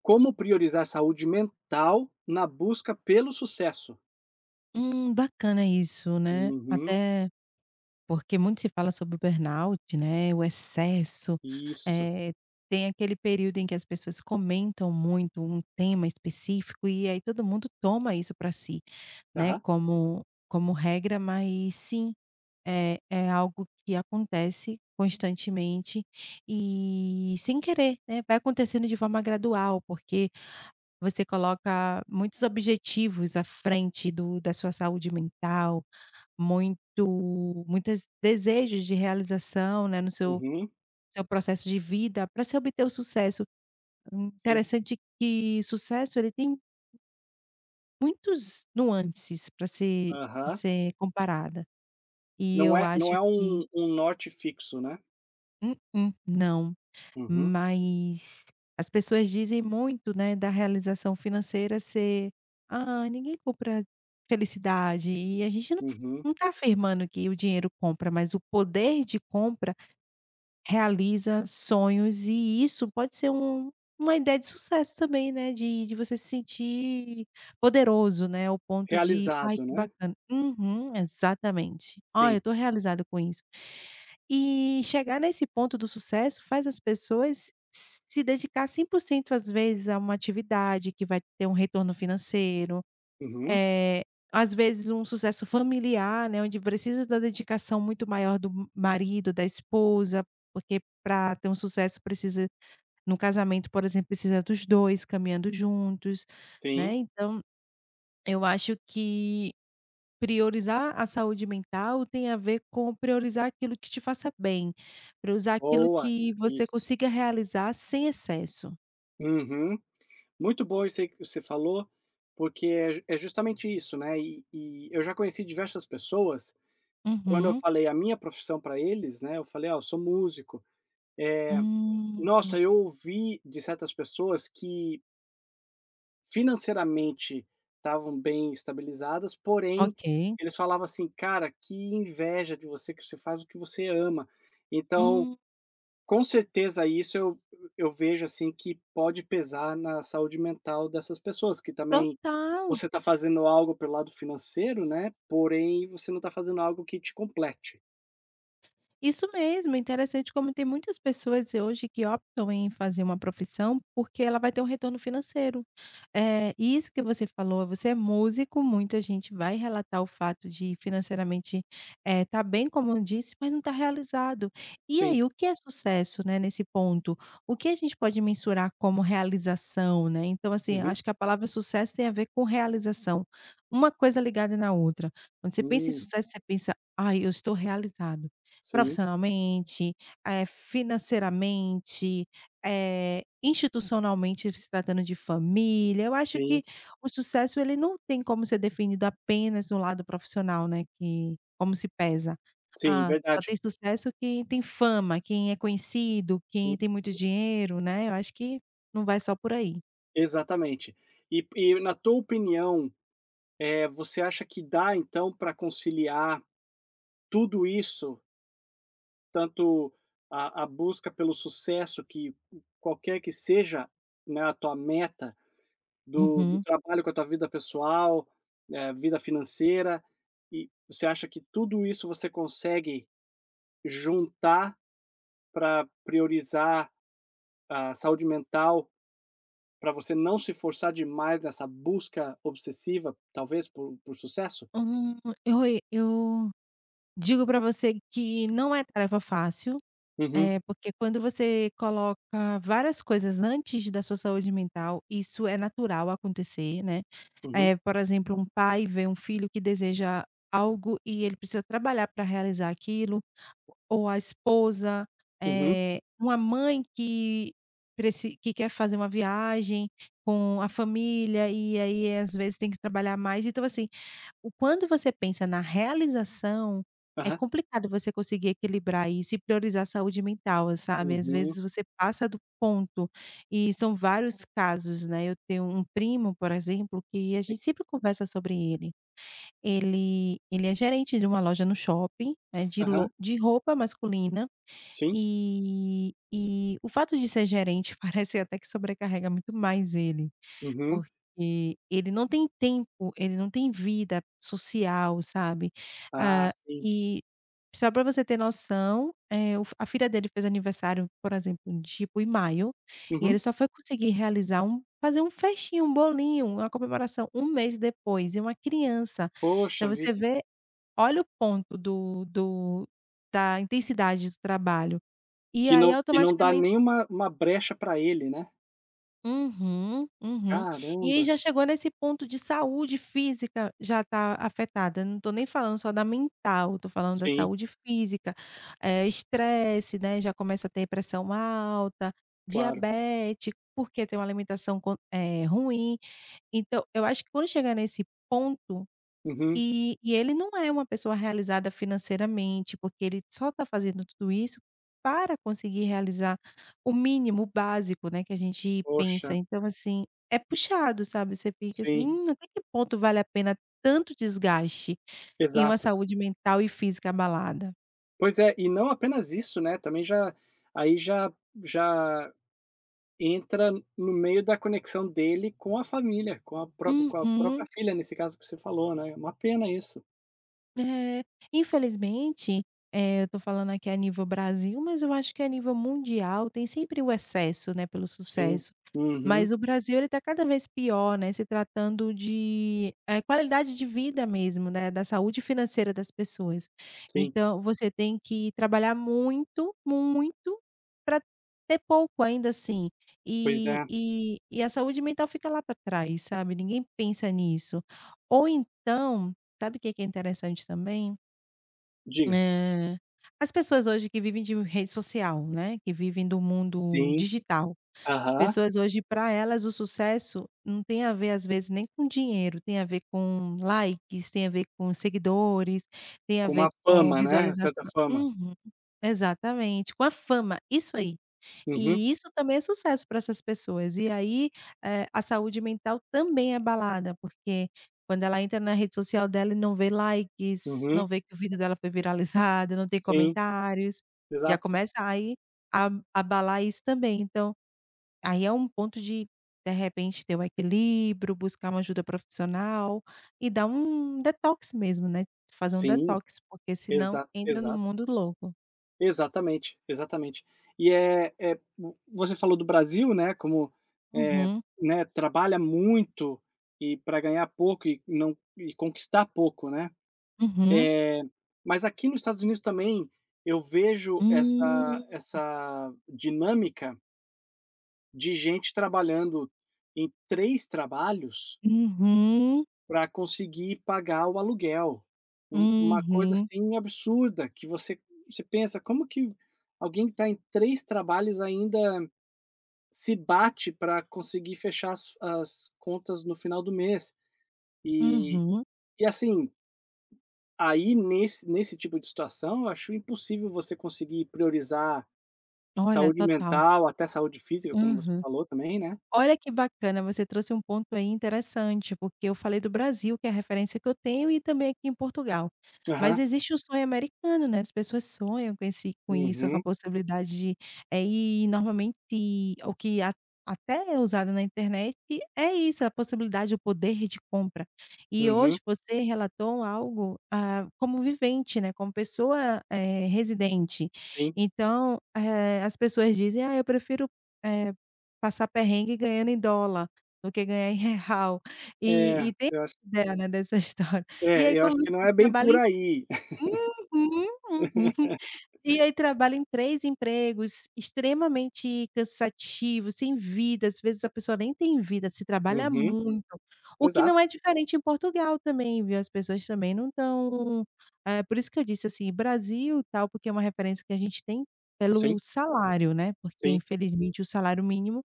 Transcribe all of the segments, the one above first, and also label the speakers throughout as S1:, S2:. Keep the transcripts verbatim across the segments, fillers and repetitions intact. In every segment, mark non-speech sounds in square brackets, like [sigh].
S1: Como priorizar saúde mental na busca pelo sucesso.
S2: Hum, bacana isso, né.
S1: Uhum,
S2: Até porque muito se fala sobre o burnout, né, o excesso,
S1: isso.
S2: eh, tem aquele período em que as pessoas comentam muito um tema específico e aí todo mundo toma isso para si, né,
S1: Aham.
S2: como como regra, mas sim, é é algo que acontece constantemente e sem querer, né, vai acontecendo de forma gradual, porque você coloca muitos objetivos à frente do da sua saúde mental muito muitos desejos de realização, né, no seu
S1: Uhum,
S2: seu processo de vida para se obter o sucesso.
S1: sim.
S2: Interessante que sucesso ele tem muitos nuances para ser pra
S1: Aham.
S2: ser comparada. E
S1: Não
S2: eu
S1: é não
S2: acho
S1: é
S2: que
S1: um um norte fixo, né.
S2: Mm-mm, não.
S1: Uhum,
S2: Mas as pessoas dizem muito, né, da realização financeira ser: "Ah, ninguém compra felicidade". E a gente não
S1: uhum.
S2: não está afirmando que o dinheiro compra, mas o poder de compra realiza sonhos e isso pode ser um uma ideia de sucesso também, né, de de você se sentir poderoso, né, ao ponto de: "Ai,
S1: Realizado,
S2: que
S1: né.
S2: bacana". Uhum, exatamente. "Olha, eu
S1: Sim.
S2: tô realizado com isso". E chegar nesse ponto do sucesso faz as pessoas se dedicar cem por cento às vezes a uma atividade que vai ter um retorno financeiro,
S1: Uhum,
S2: eh, às vezes um sucesso familiar, né, onde precisa da dedicação muito maior do m marido, da esposa, porque para ter um sucesso precisa no casamento, por exemplo, precisa dos dois caminhando juntos, né,
S1: sim.
S2: então eu acho que priorizar a saúde mental tem a ver com priorizar aquilo que te faça bem, priorizar aquilo
S1: Boa,
S2: que
S1: i
S2: você
S1: isso.
S2: consiga realizar sem excesso.
S1: Uhum. Muito bom isso aí que você falou, porque é ju é justamente isso, né, e e eu já conheci diversas pessoas, quando eu
S2: Uhum.
S1: falei a minha profissão para eles, né, eu falei: "Ah, eu sou músico". é, Nossa,
S2: Hum,
S1: eu ouvi de certas pessoas que financeiramente estavam bem estabilizadas, porém,
S2: ok.
S1: eles falavam assim: "Cara, que inveja de você que você faz o que você ama". Então,
S2: Hum,
S1: com certeza isso eu eu vejo, assim, que pode pesar na saúde mental dessas pessoas, que também
S2: total.
S1: você tá fazendo algo pelo lado financeiro, né, porém você não tá fazendo algo que te complete.
S2: Isso mesmo, interessante como tem muitas pessoas hoje que optam em fazer uma profissão, porque ela vai ter um retorno financeiro. É e isso que você falou, você é músico, muita gente vai relatar o fato de financeiramente, eh, tá bem como eu disse, mas não está realizado. E
S1: Sim.
S2: aí, o que é sucesso, né, nesse ponto? O que a gente pode mensurar como realização, né? Então, assim,
S1: Uhum.
S2: acho que a palavra sucesso tem a ver com realização. Uma coisa ligada na outra. Quando você pensa em
S1: Hum,
S2: sucesso, você pensa: "Ai, eu estou realizado".
S1: sim,
S2: Profissionalmente, eh, financeiramente, eh, institucionalmente, se tratando de família, eu acho
S1: sim,
S2: que o sucesso ele não tem como ser definido apenas no lado profissional, né, que como se pesa.
S1: sim,
S2: Ah, só
S1: verdade.
S2: tem sucesso quem tem fama, quem é conhecido, quem tem muito dinheiro, né, eu acho que não vai só por aí.
S1: Exatamente. E e na tua opinião, eh, você acha que dá então para conciliar tudo isso, tanto a a busca pelo sucesso que qualquer que seja, né, a tua meta do do
S2: Uhum.
S1: trabalho com a tua vida pessoal, eh, vida financeira, e você acha que tudo isso você consegue juntar para priorizar a saúde mental, para você não se forçar demais nessa busca obsessiva, talvez, por por sucesso?
S2: Hum, eu eu digo para você que não é tarefa fácil.
S1: Uhum,
S2: É, porque quando você coloca várias coisas antes da sua saúde mental, isso é natural acontecer, né.
S1: uhum,
S2: é por exemplo, um pai vê um filho que deseja algo e ele precisa trabalhar para realizar aquilo, ou a esposa,
S1: uhum,
S2: é uma mãe que preci que quer fazer uma viagem com a família, e aí às vezes tem que trabalhar mais. Então assim, o quando você pensa na realização, é
S1: aham,
S2: complicado você conseguir equilibrar isso e priorizar a saúde mental, sabe. Às vezes
S1: uhum,
S2: você passa do ponto, e são vários casos, né. Eu tenho um primo, por exemplo, que a
S1: sim,
S2: gente sempre conversa sobre ele. Ele ele é gerente de uma loja no shopping, né, de
S1: aham,
S2: lo de roupa masculina,
S1: sim,
S2: e e o fato de ser gerente [laughs] parece até que sobrecarrega muito mais ele.
S1: uhum.
S2: Porque ele não tem tempo, ele não tem vida social, sabe.
S1: Ah,
S2: Ah,
S1: sim,
S2: e só pra você ter noção, eh, o f a filha dele fez aniversário, por exemplo, tipo em maio, e
S1: uhum.
S2: ele só foi conseguir realizar um fazer um festinho, um bolinho, uma comemoração um mês depois, e uma criança.
S1: Poxa
S2: Então você
S1: vida,
S2: vê olha o ponto do do da intensidade do trabalho. E
S1: que
S2: aí
S1: não que não dá
S2: automaticamente
S1: nenhuma uma uma brecha pra ele, né.
S2: Uhum, uhum. E aí
S1: Caramba.
S2: já chegou nesse ponto de saúde física já tá afetada, não tô nem falando só da mental, tô falando da
S1: Sim,
S2: saúde física, eh, estresse, né, já começa a ter pressão alta,
S1: claro.
S2: diabetes porque tem uma alimentação con eh, ruim. Então eu acho que quando chegar nesse ponto
S1: Uhum.
S2: e e ele não é uma pessoa realizada financeiramente, porque ele só está fazendo tudo isso para conseguir realizar o mínimo, o básico, né, que a gente
S1: Poxa,
S2: pensa. Então, assim, é puxado, sabe, você fica assim:
S1: sim,
S2: "Hum, até que ponto vale a pena tanto desgaste e uma
S1: exato.
S2: saúde mental e física abalada?".
S1: Pois é, e não apenas isso, né, também já, aí já já entra no meio da conexão dele com a família, com a pró com a própria
S2: Uhum.
S1: filha, nesse caso que você falou, né. É, uma pena isso.
S2: É, infelizmente, eh, eu tô falando aqui a nível Brasil, mas eu acho que a nível mundial tem sempre o excesso, né, pelo
S1: Sim,
S2: sucesso.
S1: uhum,
S2: Mas o Brasil ele tá cada vez pior, né, se tratando de, eh, qualidade de vida mesmo, né, da saúde financeira das pessoas.
S1: sim.
S2: Então você tem que trabalhar muito, muito pra ter pouco ainda assim,
S1: Pois
S2: e
S1: é.
S2: e e a saúde mental fica lá pra trás, sabe, ninguém pensa nisso. Ou então sabe o que que é interessante também?
S1: Diga.
S2: Eh, As pessoas hoje que vivem de rede social, né, que vivem do mundo
S1: Sim.
S2: digital, as
S1: Aham.
S2: pessoas hoje para elas o sucesso não tem a ver às vezes nem com dinheiro, tem a ver com likes, tem a ver com seguidores, tem a
S1: Com uma
S2: ver com
S1: fama, né, certa
S2: visualização
S1: fama.
S2: uhum, exatamente, com a fama, isso aí.
S1: Uhum,
S2: E isso também é sucesso para essas pessoas. E aí, eh, a saúde mental também é abalada, porque quando ela entra na rede social dela e não vê likes, não
S1: uhum.
S2: vê que o vídeo dela foi viralizado, não tem
S1: Sim,
S2: comentários, já
S1: exato.
S2: começa aí a abalar isso também. Então, aí é um ponto de, de repente, ter o equilíbrio, buscar uma ajuda profissional e dar um detox mesmo, né? Fazer um
S1: Sim,
S2: detox, porque senão
S1: exa
S2: entra no
S1: exato.
S2: mundo louco.
S1: Exatamente, exatamente. E, é é vo você falou do Brasil, né, como, eh,
S2: Uhum,
S1: né, trabalha muito e pra ganhar pouco e não e conquistar pouco, né.
S2: uhum.
S1: Mas aqui nos Estados Unidos também eu vejo essa
S2: Hum.
S1: essa dinâmica de gente trabalhando em três trabalhos
S2: Uhum,
S1: para conseguir pagar o aluguel. Um uma coisa,
S2: uhum,
S1: assim, absurda que você você pensa: "Como que alguém que está em três trabalhos ainda se bate para conseguir fechar as as contas no final do mês?". E
S2: uhum.
S1: e, assim, aí nesse nesse tipo de situação, eu acho impossível você conseguir priorizar
S2: Olha,
S1: saúde
S2: total.
S1: mental, até saúde física, como você
S2: Aham.
S1: falou também, né.
S2: Olha que bacana, você trouxe um ponto aí interessante, porque eu falei do Brasil, que é a referência que eu tenho, e também aqui em Portugal. Mas
S1: Aham.
S2: existe o sonho americano, né, as pessoas sonham com esse com isso, com a
S1: Uhum,
S2: possibilidade de eh, e normalmente o que a até é usado na internet é isso, a possibilidade, o poder de compra. E
S1: uhum,
S2: hoje você relatou algo, ah, como vivente, né, como pessoa, eh, residente.
S1: sim.
S2: Então, eh, as pessoas dizem: "Ah, eu prefiro, eh" Passar perrengue ganhando em dólar, do que ganhar em real.
S1: É,
S2: E e tem
S1: eu acho
S2: essa ideia, né, dessa [laughs] história. E
S1: é,
S2: aí
S1: eu acho
S2: como
S1: que
S2: você
S1: não é
S2: disse,
S1: bem
S2: trabalha
S1: por
S2: em
S1: aí.
S2: uhum, uhum. E aí trabalha em três empregos, extremamente cansativos sem vida, às vezes a pessoa nem tem vida, se trabalha
S1: Uhum.
S2: muito. O que
S1: Exato.
S2: não é diferente em Portugal também, viu, as pessoas também não estão é por isso que eu disse, assim, Brasil e tal, porque é uma referência que a gente tem
S1: Sim,
S2: pelo salário, né, porque
S1: sim,
S2: infelizmente o salário mínimo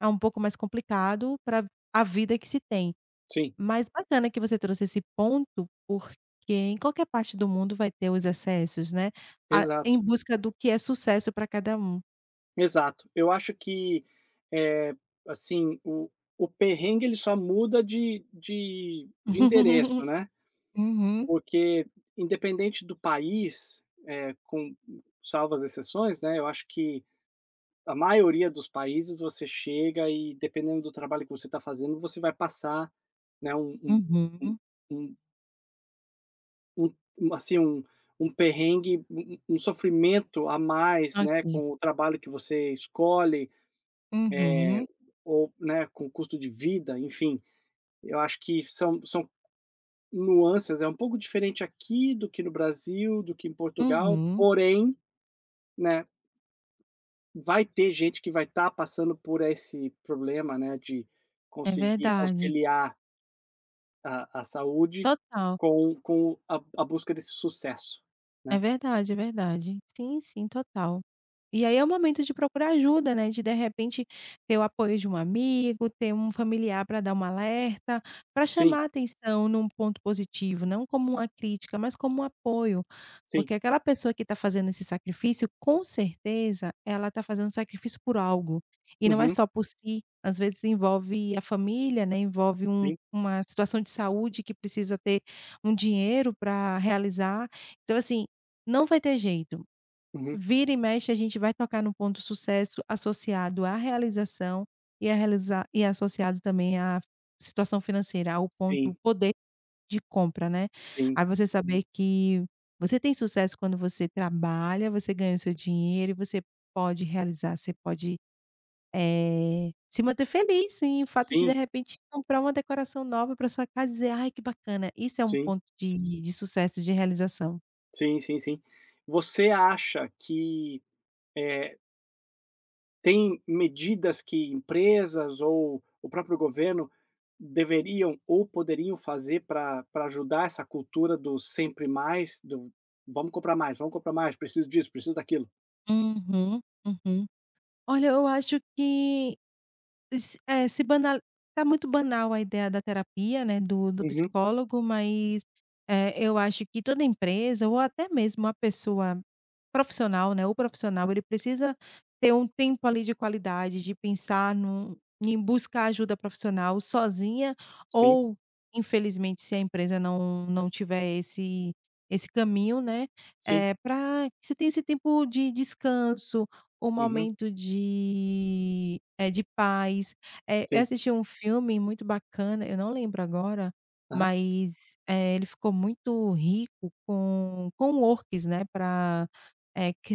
S2: é um pouco mais complicado para a vida que se tem.
S1: sim.
S2: Mas bacana que você trouxe esse ponto, porque em qualquer parte do mundo vai ter os excessos, né, a em
S1: Exato,
S2: busca do que é sucesso para cada um.
S1: exato. Eu acho que, eh, assim, o o perrengue ele só muda de de de endereço,
S2: [laughs]
S1: né,
S2: Uhum,
S1: porque independente do país, eh, com salvas exceções, né, eu acho que a maioria dos países você chega e dependendo do trabalho que você está fazendo, você vai passar, né, um um um
S2: uhum,
S1: um Um um, assim, um um perrengue, um um um sofrimento a mais, né,
S2: ok.
S1: com o trabalho que você escolhe
S2: Uhum,
S1: ou, né, com o custo de vida, enfim. Eu acho que são são nuances, é um pouco diferente aqui do que no Brasil, do que em Portugal,
S2: uhum,
S1: porém, né, vai ter gente que vai estar passando por esse problema, né, de
S2: é
S1: conseguir
S2: verdade,
S1: conciliar a a saúde
S2: total.
S1: com com a a busca desse sucesso,
S2: É
S1: né.
S2: verdade, é verdade. Sim, sim, total. E aí é o momento de procurar ajuda, né, de de repente ter o apoio de um amigo, ter um familiar para dar uma alerta, para
S1: Sim,
S2: chamar atenção num ponto positivo, não como uma crítica, mas como um apoio.
S1: sim.
S2: Porque aquela pessoa que está fazendo esse sacrifício, com certeza, ela está fazendo sacrifício por algo, e não é
S1: Uhum.
S2: só por si, às vezes envolve a família, né, envolve um
S1: Sim.
S2: uma situação de saúde que precisa ter um dinheiro para realizar. Então assim, não vai ter jeito.
S1: Uhum.
S2: Vira e mexe a gente vai tocar no ponto sucesso associado à realização e a realizar e associado também à situação financeira, ao ponto
S1: Sim,
S2: poder de compra, né.
S1: sim,
S2: Aí você saber que você tem sucesso quando você trabalha, você ganha o seu dinheiro e você pode realizar, você pode, eh, se manter feliz em o fato de, de
S1: sim,
S2: repente, comprar uma decoração nova para sua casa e dizer: "Ai, que bacana". Isso é um
S1: sim,
S2: ponto de de sucesso, de realização.
S1: sim, sim, sim. Você acha que, eh, tem medidas que empresas ou o próprio governo deveriam ou poderiam fazer para pra ajudar essa cultura do sempre mais, do "vamos comprar mais, vamos comprar mais, preciso disso, preciso daquilo"?
S2: Uhum, uhum. Olha, eu acho que Es é, se banal tá muito banal a ideia da terapia, né, do do
S1: Uhum,
S2: psicólogo, mas, eh, eu acho que toda empresa ou até mesmo a pessoa profissional, né, o profissional, ele precisa ter um tempo ali de qualidade, de pensar num em buscar ajuda profissional sozinha
S1: sim,
S2: ou, infelizmente, se a empresa não não tiver esse esse caminho, né,
S1: sim,
S2: é para que você tenha esse tempo de descanso, um
S1: uhum,
S2: momento de é de paz. Eh, eu
S1: sim,
S2: assisti um filme muito bacana, eu não lembro agora,
S1: aham,
S2: mas, eh, ele ficou muito rico com com works, né, para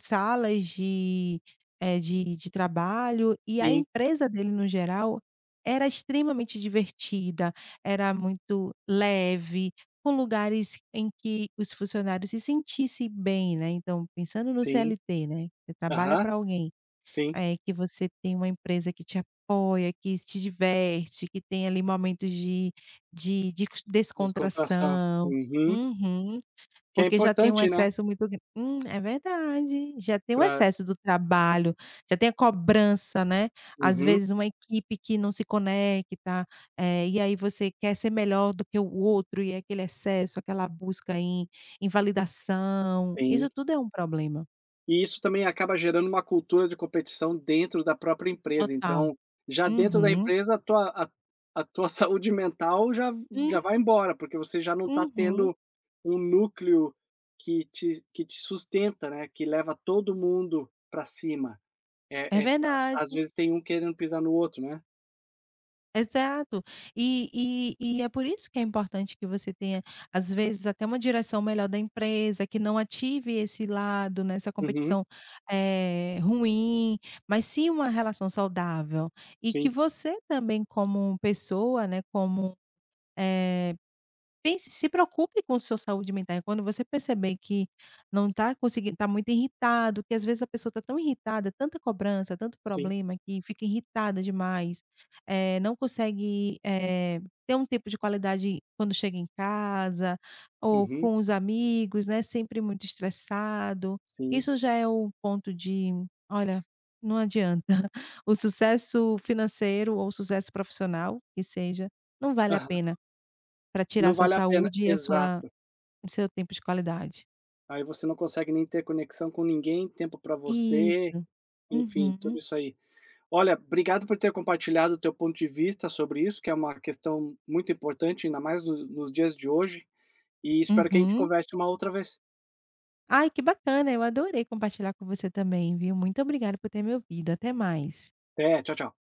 S2: salas de, eh, de de trabalho e a
S1: sim,
S2: empresa dele no geral era extremamente divertida, era muito leve, com lugares em que os funcionários se sentissem bem, né, então pensando no
S1: sim,
S2: C L T, né, você trabalha
S1: aham,
S2: para alguém,
S1: sim,
S2: eh, que você tem uma empresa que te apoia, que te diverte, que tem ali momentos de de de
S1: descontração,
S2: descontração.
S1: uhum,
S2: Uhum.
S1: que é
S2: Porque já tem um
S1: importante, né,
S2: excesso muito gran hum, é verdade, já tem um
S1: para
S2: excesso do trabalho, já tem a cobrança, né, às
S1: uhum,
S2: vezes uma equipe que não se conecta, eh, e aí você quer ser melhor do que o outro e é aquele excesso, aquela busca em em validação, isso
S1: sim.
S2: tudo é um problema.
S1: E isso também acaba gerando uma cultura de competição dentro da própria empresa.
S2: Total.
S1: Então, já dentro da
S2: Uhum.
S1: empresa, a tua, a, a tua [laughs] saúde mental já,
S2: Hum,
S1: já vai embora, porque você já não está
S2: uhum.
S1: tendo um núcleo que te, que te, sustenta, né? Que leva todo mundo para cima.
S2: É
S1: É, é, a-
S2: verdade.
S1: às vezes tem um querendo pisar no outro, né?
S2: Exato. E e e é por isso que é importante que você tenha, às vezes, até uma direção melhor da empresa, que não ative esse lado, né, essa
S1: Uhum,
S2: competição, eh, ruim, mas sim uma relação saudável. E que
S1: sim,
S2: você também como pessoa, né, como, eh pense se preocupe com sua saúde mental, e quando você perceber que não está conseguindo está muito irritado, que às vezes a pessoa está tão irritada, tanta cobrança, tanto
S1: sim,
S2: problema, que fica irritada demais, eh, não consegue, eh, ter um tempo de qualidade quando chega em casa, ou
S1: uhum,
S2: com os amigos, né, sempre muito estressado,
S1: sim.
S2: isso já é o ponto de: "Olha, não adianta, [laughs] o sucesso financeiro ou o sucesso profissional, que seja, não vale a
S1: Aham.
S2: pena". Pra tirar
S1: Não
S2: a sua
S1: vale a pena,
S2: saúde e a sua
S1: exato.
S2: o seu tempo de qualidade.
S1: Aí você não consegue nem ter conexão com ninguém, tempo para você,
S2: Isso.
S1: enfim, tudo
S2: Uhum,
S1: isso aí. Olha, obrigado por ter compartilhado o teu ponto de vista sobre isso, que é uma questão muito importante, ainda mais no nos dias de hoje, e espero que a gente
S2: uhum.
S1: converse uma outra vez.
S2: Ai, que bacana, eu adorei compartilhar com você também, viu. Muito obrigada por ter me ouvido, até mais.
S1: É, tchau, tchau.